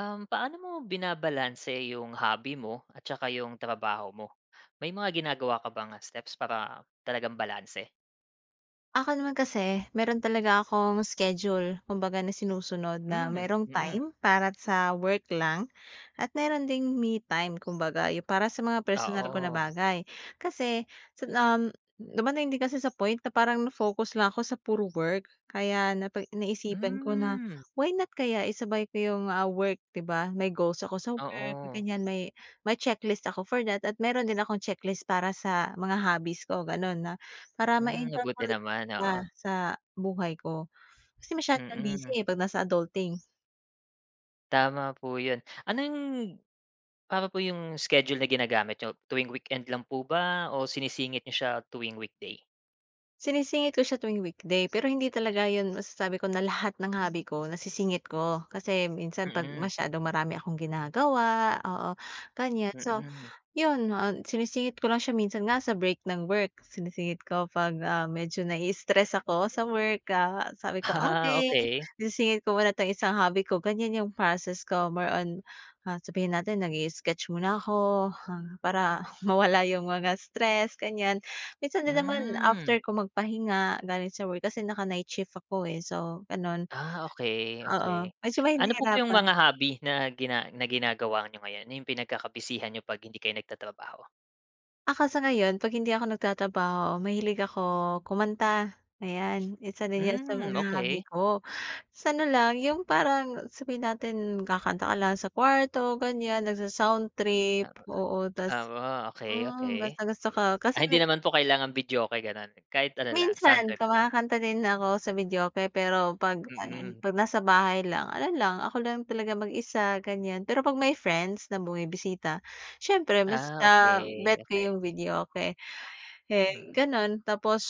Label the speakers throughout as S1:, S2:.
S1: Paano mo binabalanse yung hobby mo at saka yung trabaho mo? May mga ginagawa ka bang, steps para talagang balanse?
S2: Ako naman kasi, meron talaga akong schedule kumbaga na sinusunod na
S1: Hmm,
S2: merong
S1: mm.
S2: time para sa work lang at meron ding me time kumbaga yung para sa mga personal ko na
S1: Oo.
S2: bagay. Kasi sa um, dumating din kasi sa point na parang na-focus lang ako sa puro work. Kaya naisipan ko na
S1: Hmm,
S2: why not kaya isabay ko yung, work, 'di ba? May goals ako sa work,
S1: oo.
S2: ganyan, may checklist ako for that at meron din akong checklist para sa mga hobbies ko gano'n na para
S1: Hmm, mabuti
S2: ma-incorporate
S1: naman, oo.
S2: Sa buhay ko. Kasi masyado siyang busy,
S1: Mm.
S2: eh, 'pag nasa adulting.
S1: Tama po 'yun. Ano yung para po yung schedule na ginagamit niyo, tuwing weekend lang po ba o sinisingit nyo siya tuwing weekday?
S2: Sinisingit ko siya tuwing weekday, pero hindi talaga 'yun masasabi ko na lahat ng hobby ko nasisingit ko. Kasi minsan 'pag
S1: Mm,
S2: masyadong marami akong ginagawa, oo, ganiyan. So
S1: mm.
S2: Yun, sinisingit ko lang siya minsan nga sa break ng work, sinisingit ko 'pag, medyo nai-stress ako sa work, sabi ko,
S1: Ah,
S2: "Okay,
S1: okey.
S2: sinisingit ko muna 'tong isang hobby ko." Ganyan yung process ko, more on, sabihin natin nag sketch muna ako, para mawala yung mga stress, ganyan. Minsan din naman
S1: Hmm.
S2: after ko magpahinga galing sa work kasi naka-night shift ako, eh, so gano'n,
S1: Ah, okey,
S2: oo,
S1: okey.
S2: medyo
S1: Ano po ba yung
S2: mahihirapan.
S1: mga hobby na ginagawa niyo ngayon? Ano yung pinagkakabisihan niyo 'pag hindi kayo nagtatrabaho?
S2: Ako sa ngayon 'pag hindi ako nagtatrabaho mahilig ako kumanta, ayan. Isa din 'yan sa mga
S1: Hmm,
S2: Hobby
S1: okey.
S2: ko. Ta's ano lang, yung parang sabihin natin kakanta ka lang sa kwarto ganyan, nagsa-sound trip,
S1: Oo,
S2: oo. Ta's
S1: oo, okey, okey.
S2: gustang-gusto ko
S1: Ah,
S2: kasi
S1: hindi naman po kailangan videoke gano'n, kahit ano lang,
S2: minsan
S1: sound trip lang?
S2: kumakanta din ako sa videoke pero 'pag ano,
S1: Mm.
S2: 'pag nasa bahay lang, ano lang, ako lang talaga mag-isa ganyan. Pero 'pag may friends na bumibisita, siyempre mas,
S1: Ah, okey,
S2: bet ko
S1: okey.
S2: yung videoke. Eh,
S1: Mm.
S2: gano'n. Tapos,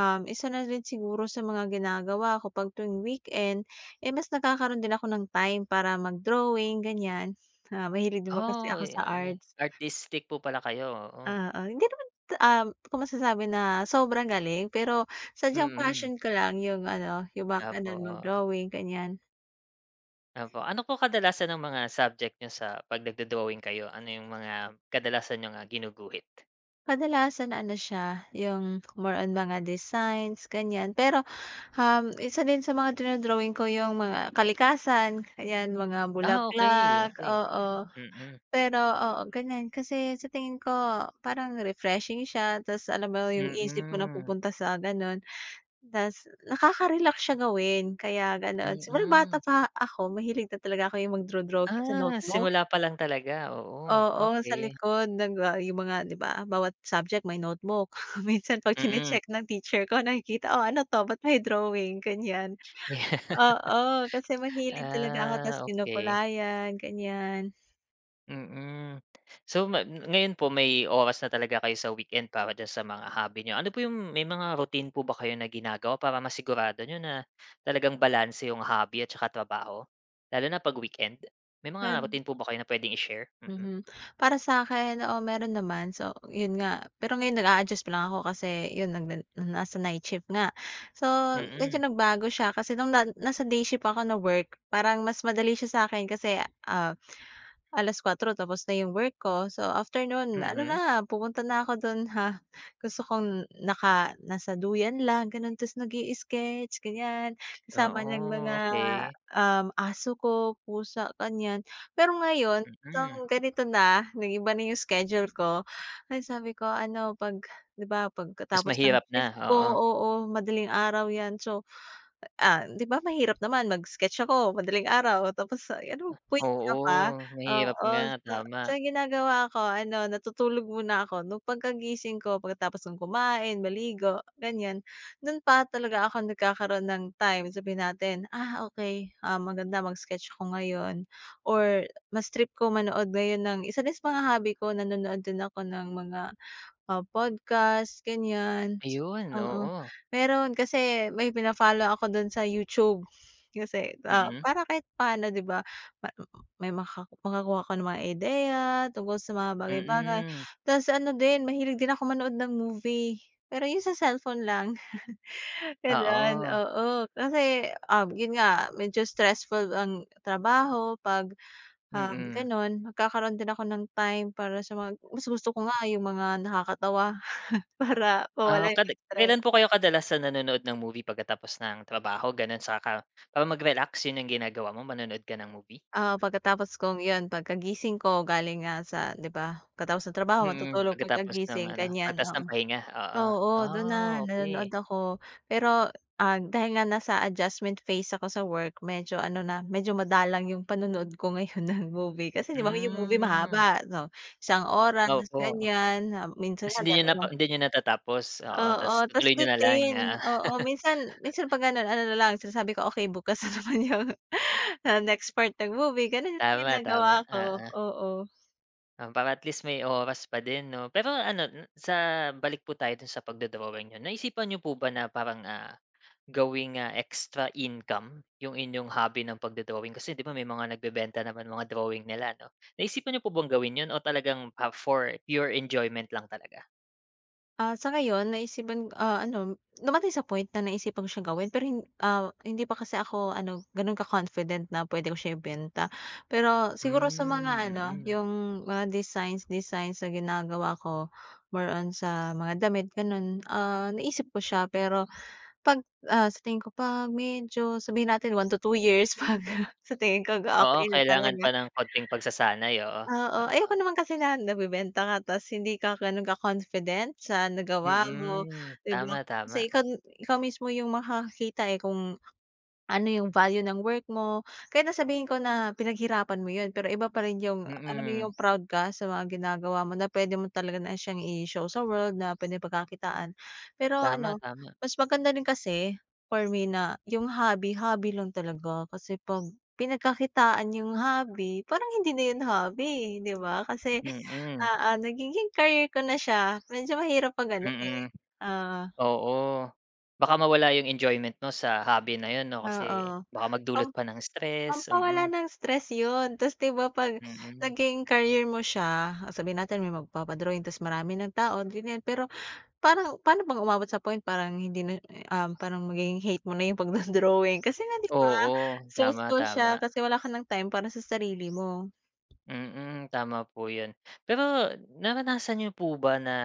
S2: isa na rin siguro sa mga ginagawa ko 'pag tuwing weekend, eh, mas nagkakaroon din ako ng time para mag-drawing, ganyan. Mahilig din ba kasi
S1: Oh,
S2: ako sa
S1: yeah, may
S2: arts.
S1: artistic po pala kayo, oo.
S2: Oo, hindi naman, ko masasabi na sobrang galing, pero sadyang
S1: Mm.
S2: passion ko lang yung ano, yung mga
S1: Opo,
S2: gano'n, mag-drawing, ganyan.
S1: opo. Ano po kadalasan ang mga subject niyo sa 'pag nagdo-drawing kayo? Ano yung mga kadalasan niyong, ginuguhit?
S2: Kadalasan ano siya, yung more on mga designs, ganyan. Pero, isa din sa mga dino-drawing ko yung mga kalikasan, ayan, mga
S1: Ah, okey,
S2: bulaklak,
S1: okey.
S2: oo.
S1: Mm,
S2: Pero oo, ganyan. Kasi sa tingin ko parang refreshing siya ta's alam mo yung isip mo
S1: mm,
S2: napupunta sa gano'n. Ta's nakaka-relax siya gawin kaya gano'n. Simula
S1: mm.
S2: bata pa ako mahilig na talaga ako yung magdo-drawing sa
S1: Ah,
S2: notebook.
S1: simula pa lang talaga, oo,
S2: Oo, sa
S1: okey.
S2: likod yung mga 'di ba bawat subject may notebook. Minsan 'pag
S1: Mm,
S2: chine-check ng teacher ko nakikita, "Oh, ano 'to ba't may drawing?" Ganyan. Oo, kasi mahilig talaga ako ta's
S1: ah, okey,
S2: kinukulayan, ganyan.
S1: mm. So, ngayon po may oras na talaga kayo sa weekend para diyan sa mga hobby niyo. Ano po yung may mga routine po ba kayo na ginagawa para masigurado niyo na talagang balanse yung hobby at saka trabaho? Lalo na 'pag weekend. May
S2: Par
S1: mga routine po ba kayo na puwedeng i-share? Mm,
S2: mhm. Para sa'kin, oo, meron naman. So, yun nga, pero ngayon nag-a-adjust pa lang ako kasi yun nasa night shift nga. So, medyo
S1: mm,
S2: nagbago siya kasi nung na nasa day shift ako na work, parang mas madali siya sa'kin kasi, ah 4:00 tapos na 'yung work ko. So, after no'n ano
S1: mhm.
S2: na, pupunta na ako do'n, ha, gusto kong naka nasa duyan lang gano'n tapos nag sketch ganyan, kasama ng
S1: Oo,
S2: mga,
S1: okey,
S2: aso ko, pusa, ganyan. Pero ngayon
S1: mm.
S2: nung ganito na, nag-iba na 'yung schedule ko, ay sabi ko ano 'pag 'di ba
S1: Mas
S2: pagkatapos ng
S1: mahirap na,
S2: shift ko,
S1: oo.
S2: oo, madaling araw 'yan. So, 'di ba mahirap naman mag-sketch ako madaling araw tapos ano puyat ka pa,
S1: Oo, mahirap
S2: oo.
S1: nga,
S2: So
S1: tama.
S2: so ang ginagawa ko ano, natutulog muna ako nung pagkagising ko pagkatapos kong kumain, maligo, ganyan. Dun pa talaga ako nagkakaroon ng time, sabihin natin, okey, maganda mag-sketch ako ngayon or mas trip ko manood ngayon ng isa din sa mga hobby ko, nanonood din ako ng mga, podcast, ganyan.
S1: Ayun,
S2: Oo,
S1: oo.
S2: meron kasi may fina-follow ako dun sa YouTube. Kasi,
S1: Mm,
S2: para kahit paano, 'di ba, ma may maka makakuha ka ng mga ideya tungkol sa mga bagay-bagay.
S1: mm.
S2: Tapos ano din, mahilig din ako manood ng movie, pero yun sa cellphone lang, gano'n,
S1: Oo,
S2: oo. Kasi, yun nga medyo stressful ang trabaho 'pag,
S1: mm.
S2: gano'n. Magkakaroon din ako ng time para sa mga mas gusto ko, nga yung mga nakakatawa para
S1: Ah,
S2: mawala yung
S1: kada
S2: stress.
S1: kailan po kayo kadalasan nanonood ng movie pagkatapos ng trabaho, gano'n? Saka para mag-relax, 'yun ang ginagawa mo, manonood ka ng movie?
S2: Pagkatapos kong 'yun, pagkagising ko galing nga sa, 'di ba, pagkatapos ng trabaho
S1: Mm,
S2: matutulog, pagkagising, ganiyan,
S1: pagkatapos
S2: oo.
S1: ng pahinga, oo.
S2: Oo, do'n na
S1: Ah,
S2: nanonood
S1: okey.
S2: ako. Pero, dahil nga nasa adjustment phase ako sa work medyo ano na, medyo madalang 'yung panonood ko ngayon ng movie. Kasi 'di ba 'yung movie
S1: Hmm,
S2: mahaba, so isang oras
S1: opo.
S2: ganiyan, minsan
S1: Ta's
S2: nga dalawa.
S1: hindi niyo natatapos, oo,
S2: Oo,
S1: ta's
S2: ta's
S1: tutuloy niyo na lang,
S2: bitin,
S1: oo.
S2: oo, minsan minsan 'pag gano'n ano na lang sinasabi ko, "Okey, bukas na naman 'yun." Next part ng movie, gano'n yung
S1: Tama, tama,
S2: ginagawa ko,
S1: oo.
S2: oo.
S1: Para at least may oras pa din 'no. Pero ano n sa balik po tayo dun sa pagdo-drawing niyo, naisipan niyo po ba na parang, gawing, extra income yung inyong hobby ng pagdo-drawing? Kasi 'di ba may mga nagbebenta naman mga drawing nila 'no. Naisipan niyo po bang gawin yun o talagang, for pure enjoyment lang talaga?
S2: Sa ngayon, naisipan ano, dumating sa point na naisipan ko siyang gawin pero hindi pa kasi ako ano, gano'n ka-confident na puwede ko siya ibenta. Pero siguro sa
S1: Hmm,
S2: mga ano,
S1: mm.
S2: yung mga designs designs na ginagawa ko, more on sa mga damit gano'n, naisip ko siya, pero 'pag, sa tingin ko 'pag medyo sabihin natin 1 to 2 years, 'pag sa tingin ko
S1: Oo,
S2: okey na
S1: kailangan
S2: talaga.
S1: pa ng konting pagsasanay, oo.
S2: Oo,
S1: Oo.
S2: ayoko naman kasi na nabebenta ka tas hindi ka gano'n ka-confident sa nagawa mo,
S1: Mm,
S2: 'di ba?
S1: tama, tama.
S2: Kasi ikaw ikaw mismo yung makakakita, eh, kung ano yung value ng work mo, kahit na sabihin ko na pinaghirapan mo yun, pero iba pa rin yung alam mo,
S1: Mm.
S2: yung proud ka sa mga ginagawa mo na puwede mo talaga na siyang i-show sa world na puwedeng pagkakitaan. Pero
S1: Tama,
S2: ano,
S1: tama.
S2: mas maganda din kasi for me na yung hobby, hobby lang talaga, kasi 'pag pinagkakitaan yung hobby parang hindi na yun hobby, eh, 'di ba? Kasi,
S1: Mm,
S2: nagiging career ko na siya medyo mahirap 'pag ganun, eh.
S1: mm.
S2: Oo,
S1: Oo, baka mawala yung enjoyment mo sa hobby na yun 'no, kasi
S2: oo.
S1: baka
S2: Pam
S1: magdulot pa ng stress,
S2: Pampawala
S1: mm,
S2: ng stress yun, ta's 'di ba 'pag
S1: mm.
S2: naging career mo siya, sabihin natin may magpapa-drawing ta's marami ng tao, ganyan, pero parang paano bang umabot sa point parang hindi na, parang magiging hate mo na yung pagdo-drawing kasi nga, 'di ba,
S1: Oo, tama,
S2: stressful
S1: tama.
S2: siya kasi wala ka ng time para sa sarili mo.
S1: Mm, tama po yun. Pero naranasan niyo po ba na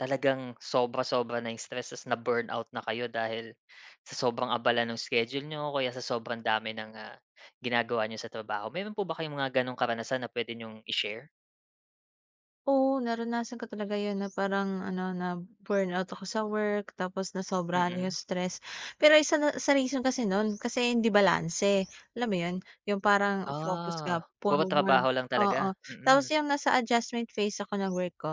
S1: talagang sobra-sobra na yung stress ta's na-burnout na kayo dahil sa sobrang abala nung schedule niyo o kaya sa sobrang dami ng, ginagawa niyo sa trabaho? Meron po ba kayong mga gano'ng karanasan na puwede niyong i-share?
S2: Oo, naranasan ko talaga yun na parang ano, na burnout ako sa work tapos nasobrahan yung
S1: Mm.
S2: stress. Pero isa na sa reason kasi nun, kasi hindi balanse, alam mo yun? Yung parang focus
S1: Ah,
S2: ka
S1: puro
S2: puro work,
S1: trabaho lang
S2: oo.
S1: talaga?
S2: Tapos
S1: Mm,
S2: yung nasa adjustment phase ako ng work ko.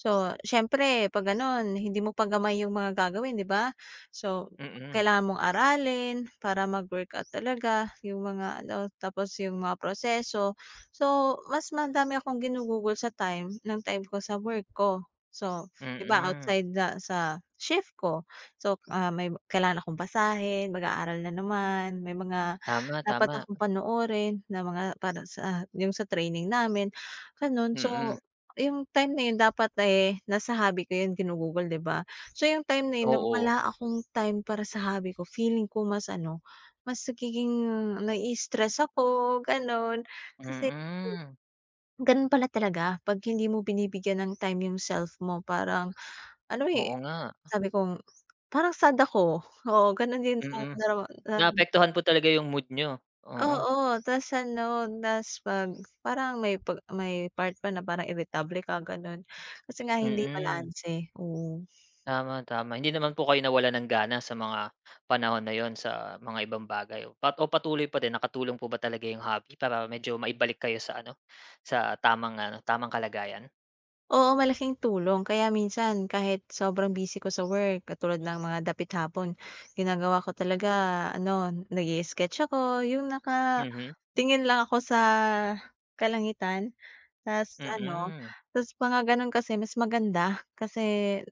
S2: So, siyempre 'pag gano'n, hindi mo pagamay yung mga gagawin, 'di ba? So,
S1: mm.
S2: kailangan mong aralin para mag-workout talaga yung mga ano, tapos yung mga proseso. So, mas madami akong ginugugol sa time ng time ko sa work ko. So, 'di ba
S1: Mm.
S2: outside na sa shift ko. So, may kailangan akong basahin, mag-aaral na naman, may mga
S1: Tama,
S2: dapat
S1: tama.
S2: akong panoorin na mga para sa yung sa training namin, gano'n.
S1: Mm.
S2: So, yung time na yun dapat, eh, nasa hobby ko yun ginugugol, 'di ba? So, yung time na yun nung
S1: Oo.
S2: wala akong time para sa hobby ko, feeling ko mas ano, mas nagiging nai-stress ako, gano'n. Kasi
S1: Mm.
S2: ganun pala talaga, 'pag hindi mo binibigyan ng time yung self mo parang ano, eh,
S1: Oo nga.
S2: sabi kong parang sad ako, oo, ganun din ang
S1: Mm.
S2: narama na,
S1: Naapektuhan po talaga yung mood niyo. Oo.
S2: oo, tas ano, tas 'pag parang may part pa na parang iritable ka, ganun, kasi nga hindi
S1: Mm.
S2: balanse, oo.
S1: Tama, tama. Hindi naman po kayo nawalan ng gana sa mga panahon na yun sa mga ibang bagay o patuloy pa din nakatulong po ba talaga yung hobby para medyo maibalik kayo sa ano, sa tamang ano, tamang kalagayan?
S2: Oo, malaking tulong. Kaya minsan kahit sobrang busy ko sa work, katulad ng mga dapit hapon, ginagawa ko talaga ano, nag sketch ako, yung naka,
S1: Mhm.
S2: tingin lang ako sa kalangitan. Ta's ano,
S1: Mm.
S2: ta's mga gano'n kasi mas maganda kasi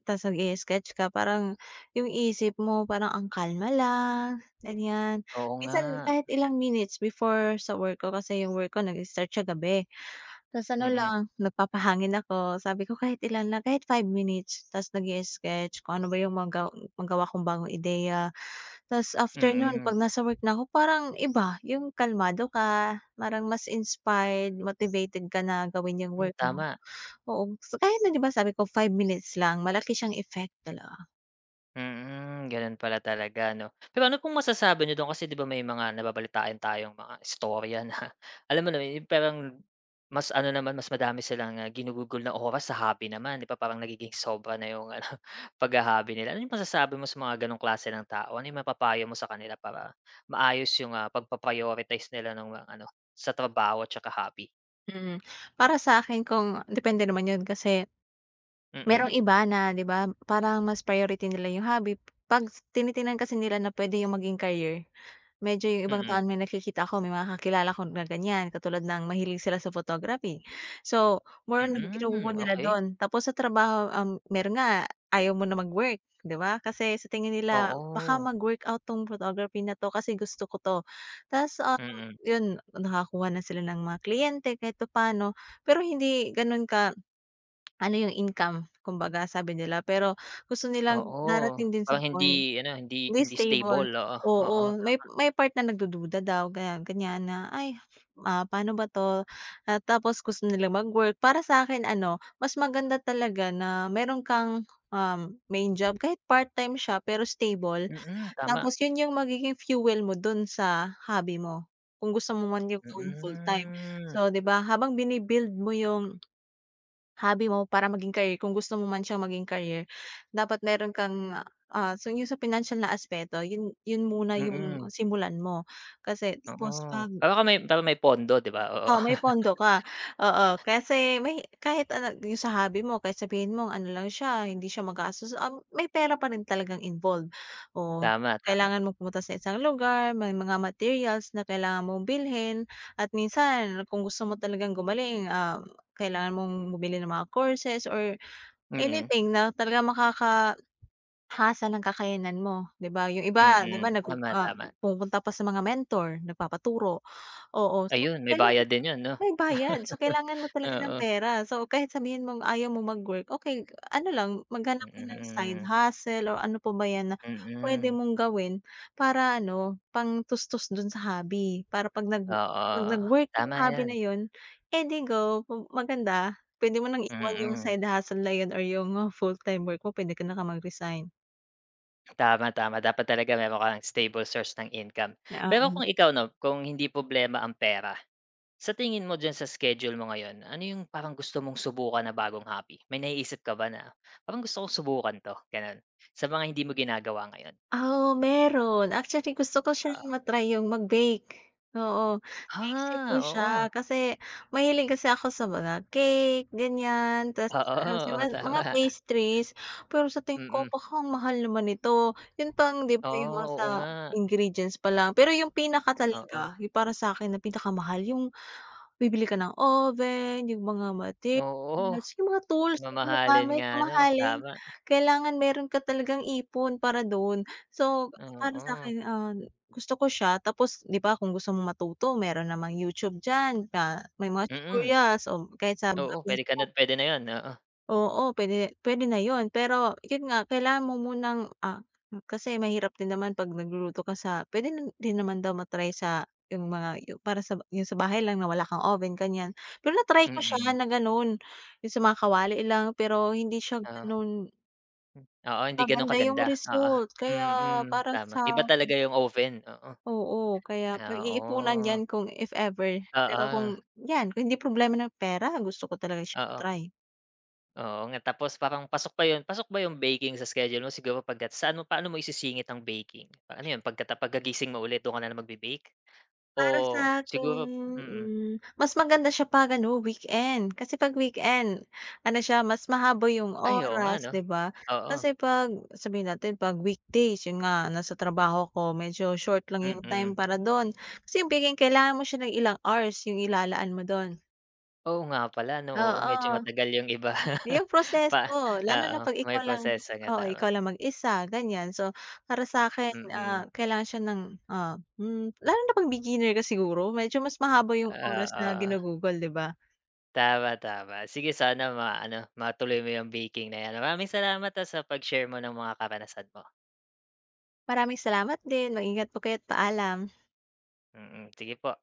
S2: ta's nag sketch ka parang yung isip mo parang ang kalma lang, ganiyan.
S1: Oo nga.
S2: Minsan kahit ilang minutes before sa work ko, kasi yung work ko nag-start siya gabi. Ta's ano
S1: Mm.
S2: lang, nagpapahangin ako. Sabi ko kahit ilan lang, kahit 5 minutes. Ta's nag sketch kung ano ba yung magawa kong bagong ideya. Ta's after nun
S1: Mm.
S2: 'pag nasa work na ako parang iba, yung kalmado ka, parang mas inspired, motivated ka na gawin yung
S1: Hmm,
S2: work mo.
S1: tama.
S2: Oo, so kahit na 'di ba sabi ko 5 minutes lang, malaki siyang effect talaga.
S1: Mm, gano'n pala talaga 'no. Pero ano pong masasabi niyo do'n kasi 'di ba may mga nababalitaan tayong mga istorya na alam mo na parang mas ano naman, mas madami silang, ginugugol na oras sa hobby naman 'di ba parang nagiging sobra na yung ano, pagha-hobby nila. Ano yung masasabi mo sa mga gano'ng klase ng tao? Ano yung mapapayo mo sa kanila para maayos yung, pagpa-prioritize nila ng mga ano, sa trabaho at saka hobby?
S2: Mm. Para sa akin kung depende naman yun kasi
S1: Mm,
S2: merong iba na 'di ba parang mas priority nila yung hobby. 'Pag tinitingnan kasi nila na pwede yung maging career. Medyo yung ibang
S1: mm,
S2: taon may nakikita ako, may mga kakilala ko na ganyan, katulad ng mahilig sila sa photography. So, more on kinukuha
S1: mm,
S2: nila
S1: okey.
S2: dun. Tapos sa trabaho, meron nga ayaw mo na mag-work, 'di ba? Kasi sa tingin nila, baka
S1: Oo,
S2: mag-workout 'tong photography na 'to kasi gusto ko 'to. Ta's,
S1: mm.
S2: yun nakakuha na sila ng mga kliyente kahit papaano, pero hindi ganun ka ano yung income kumbaga sabi nila, pero gusto nilang
S1: Oo,
S2: darating din sa
S1: parang
S2: point
S1: hindi
S2: hindi
S1: hindi
S2: stable,
S1: stable, oo, oo,
S2: oo. May part na nagdududa daw, ganyan ganyan, na, "Ay, paano ba 'to?" At tapos gusto nila mag-work. Para sa akin ano, mas maganda talaga na meron kang, main job kahit part-time siya pero stable.
S1: mm, tama,
S2: Tapos yun yung magiging fuel mo dun sa hobby mo, kung gusto mo man yung gawing full-time.
S1: mm,
S2: So, 'di ba habang bini-build mo yung hobby mo para maging career kung gusto mo man siyang maging career, dapat meron kang, so yung sa financial na aspeto yun yun muna yung
S1: mm,
S2: simulan mo. Kasi tapos
S1: oo.
S2: 'pag
S1: Para kang may parang may pondo 'di ba, oo.
S2: oo, may pondo ka, oo. Kasi may kahit ano yung sa hobby mo kahit sabihin mo ano lang siya, hindi siya magastos, may pera pa rin talagang involved. O
S1: Tama, tama,
S2: kailangan mong pumunta sa isang lugar, may mga materials na kailangan mong bilhin at minsan kung gusto mo talagang gumaling, kailangan mong bumili ng mga courses or
S1: mm,
S2: anything na talagang makakahasa ng kakayanan mo, 'di ba? Yung iba, 'di
S1: mm,
S2: ba,
S1: tama, tama.
S2: pumupunta pa sa mga mentor, nagpapaturo, oo. So,
S1: Ayun, may bayad
S2: kailangan
S1: din 'yun 'no?
S2: may bayad. So, kailangan mo talaga ng
S1: Oo,
S2: pera. So, kahit sabihin mong ayaw mo mag-work, okey ano lang, maghanap ka ng side
S1: mm,
S2: hustle or ano pa ba 'yan na pwede
S1: mm,
S2: mong gawin para ano, pang tustos dun sa hobby. Para 'pag
S1: oo,
S2: nag-work yung
S1: tama
S2: hobby
S1: 'yan,
S2: na 'yun, eh, di maganda. Pwede mo nang iwan yung
S1: mm.
S2: side hustle na 'yun or yung full-time work mo, pwede ka na nga mag-resign,
S1: Tama, tama dapat talaga meron kang stable source ng income.
S2: yeah.
S1: Pero kung ikaw 'no, kung hindi problema ang pera. Sa tingin mo diyan sa schedule mo ngayon, ano yung parang gusto mong subukan na bagong hobby? May naiisip ka ba na, "Parang gusto kong subukan 'to," gano'n? Sa mga hindi mo ginagawa ngayon?
S2: Oo, meron. Actually, gusto ko siyang
S1: Oo.
S2: ma-try yung mag-bake, oo. Naisip
S1: Ah,
S2: ko siya
S1: oo.
S2: kasi mahilig kasi ako sa mga cake, ganyan, tas
S1: Oo,
S2: ano sa
S1: oo,
S2: mas mga
S1: tama.
S2: pastries. Pero sa
S1: Mm,
S2: tingin ko,
S1: mm,
S2: baka ang mahal naman nito. Yun pang 'di ba yung mga
S1: oo,
S2: sa
S1: oo nga.
S2: ingredients pa lang. Pero yung pinaka
S1: Oo.
S2: talaga, yung para sa'kin na pinakamahal, yung bibili ka ng oven, yung mga
S1: Oo,
S2: materials, yung mga tools na
S1: mamahalin
S2: ginagamit,
S1: nga no,
S2: mamahalin.
S1: tama.
S2: Kailangan meron ka talagang ipon para dun. So, para
S1: Oo.
S2: sa'kin, gusto ko siya, tapos 'di ba kung gusto mong matuto meron namang YouTube diyan na may mga
S1: Mm.
S2: tutorials o kahit sa mga.
S1: Oo, puwede na 'yun, oo.
S2: Oo, pwede, pwede na 'yun. Pero 'yun nga, kailangan mo munang, kasi mahirap din naman 'pag nagluluto ka sa, puwede na din naman daw sa yung mga yung para sa yung sa bahay lang na wala kang oven, ganiyan. Pero na-try ko
S1: Mm,
S2: siya
S1: mm,
S2: na gano'n, yung sa mga kawali lang, pero hindi siya
S1: oo.
S2: ganun,
S1: Oo, hindi gano'n
S2: kaganda yung
S1: kaganda, oo.
S2: result. Kaya
S1: Mm, mm,
S2: para
S1: tama.
S2: sa,
S1: Iba talaga yung oven, oo.
S2: oo, kaya
S1: Ah,
S2: pag-iipunan
S1: oo.
S2: 'yan kung if ever. Pero kung
S1: Oo.
S2: 'yan, kung hindi problema ng pera, gusto ko talaga siya
S1: Oo,
S2: ma-try.
S1: oo nga tapos parang pasok ba yung baking sa schedule mo siguro pagka saan mo paano mo isisingit ang baking? Ano yun pagkagising mo ulit dun ka na na magbe-bake?
S2: Para
S1: O
S2: sa'kin,
S1: siguro mm.
S2: mas maganda siya 'pag ano, weekend. Kasi 'pag weekend, ano siya, mas mahaba yung
S1: Ay oo nga
S2: oras,
S1: 'no?
S2: 'di ba?
S1: Oo,
S2: Kasi 'pag sabihin natin 'pag weekdays, yun nga, nasa trabaho ako, medyo short lang yung time
S1: mm.
S2: para dun. Kasi yung weekend, kailangan mo siya ng ilang hours yung ilalaan mo dun.
S1: Oo nga pala 'no, oo medyo
S2: Oo.
S1: matagal yung iba.
S2: Yung
S1: Pa
S2: proseso, lalo
S1: oo
S2: na 'pag
S1: may
S2: ikaw lang,
S1: proseso nga
S2: oo,
S1: tama,
S2: ikaw lang mag-isa, ganyan. So, para sa'kin,
S1: mm.
S2: kailangan siya ng, lalo na 'pag beginner ka siguro medyo mas mahaba yung oras na
S1: Oo,
S2: ginugugol, 'di ba?
S1: tama, tama. Sige sana matuloy mo yung baking na yan. Maraming salamat, sa pag-share mo ng mga karanasan mo.
S2: Maraming salamat din, mag-ingat po kayo at paalam.
S1: Mm, sige po.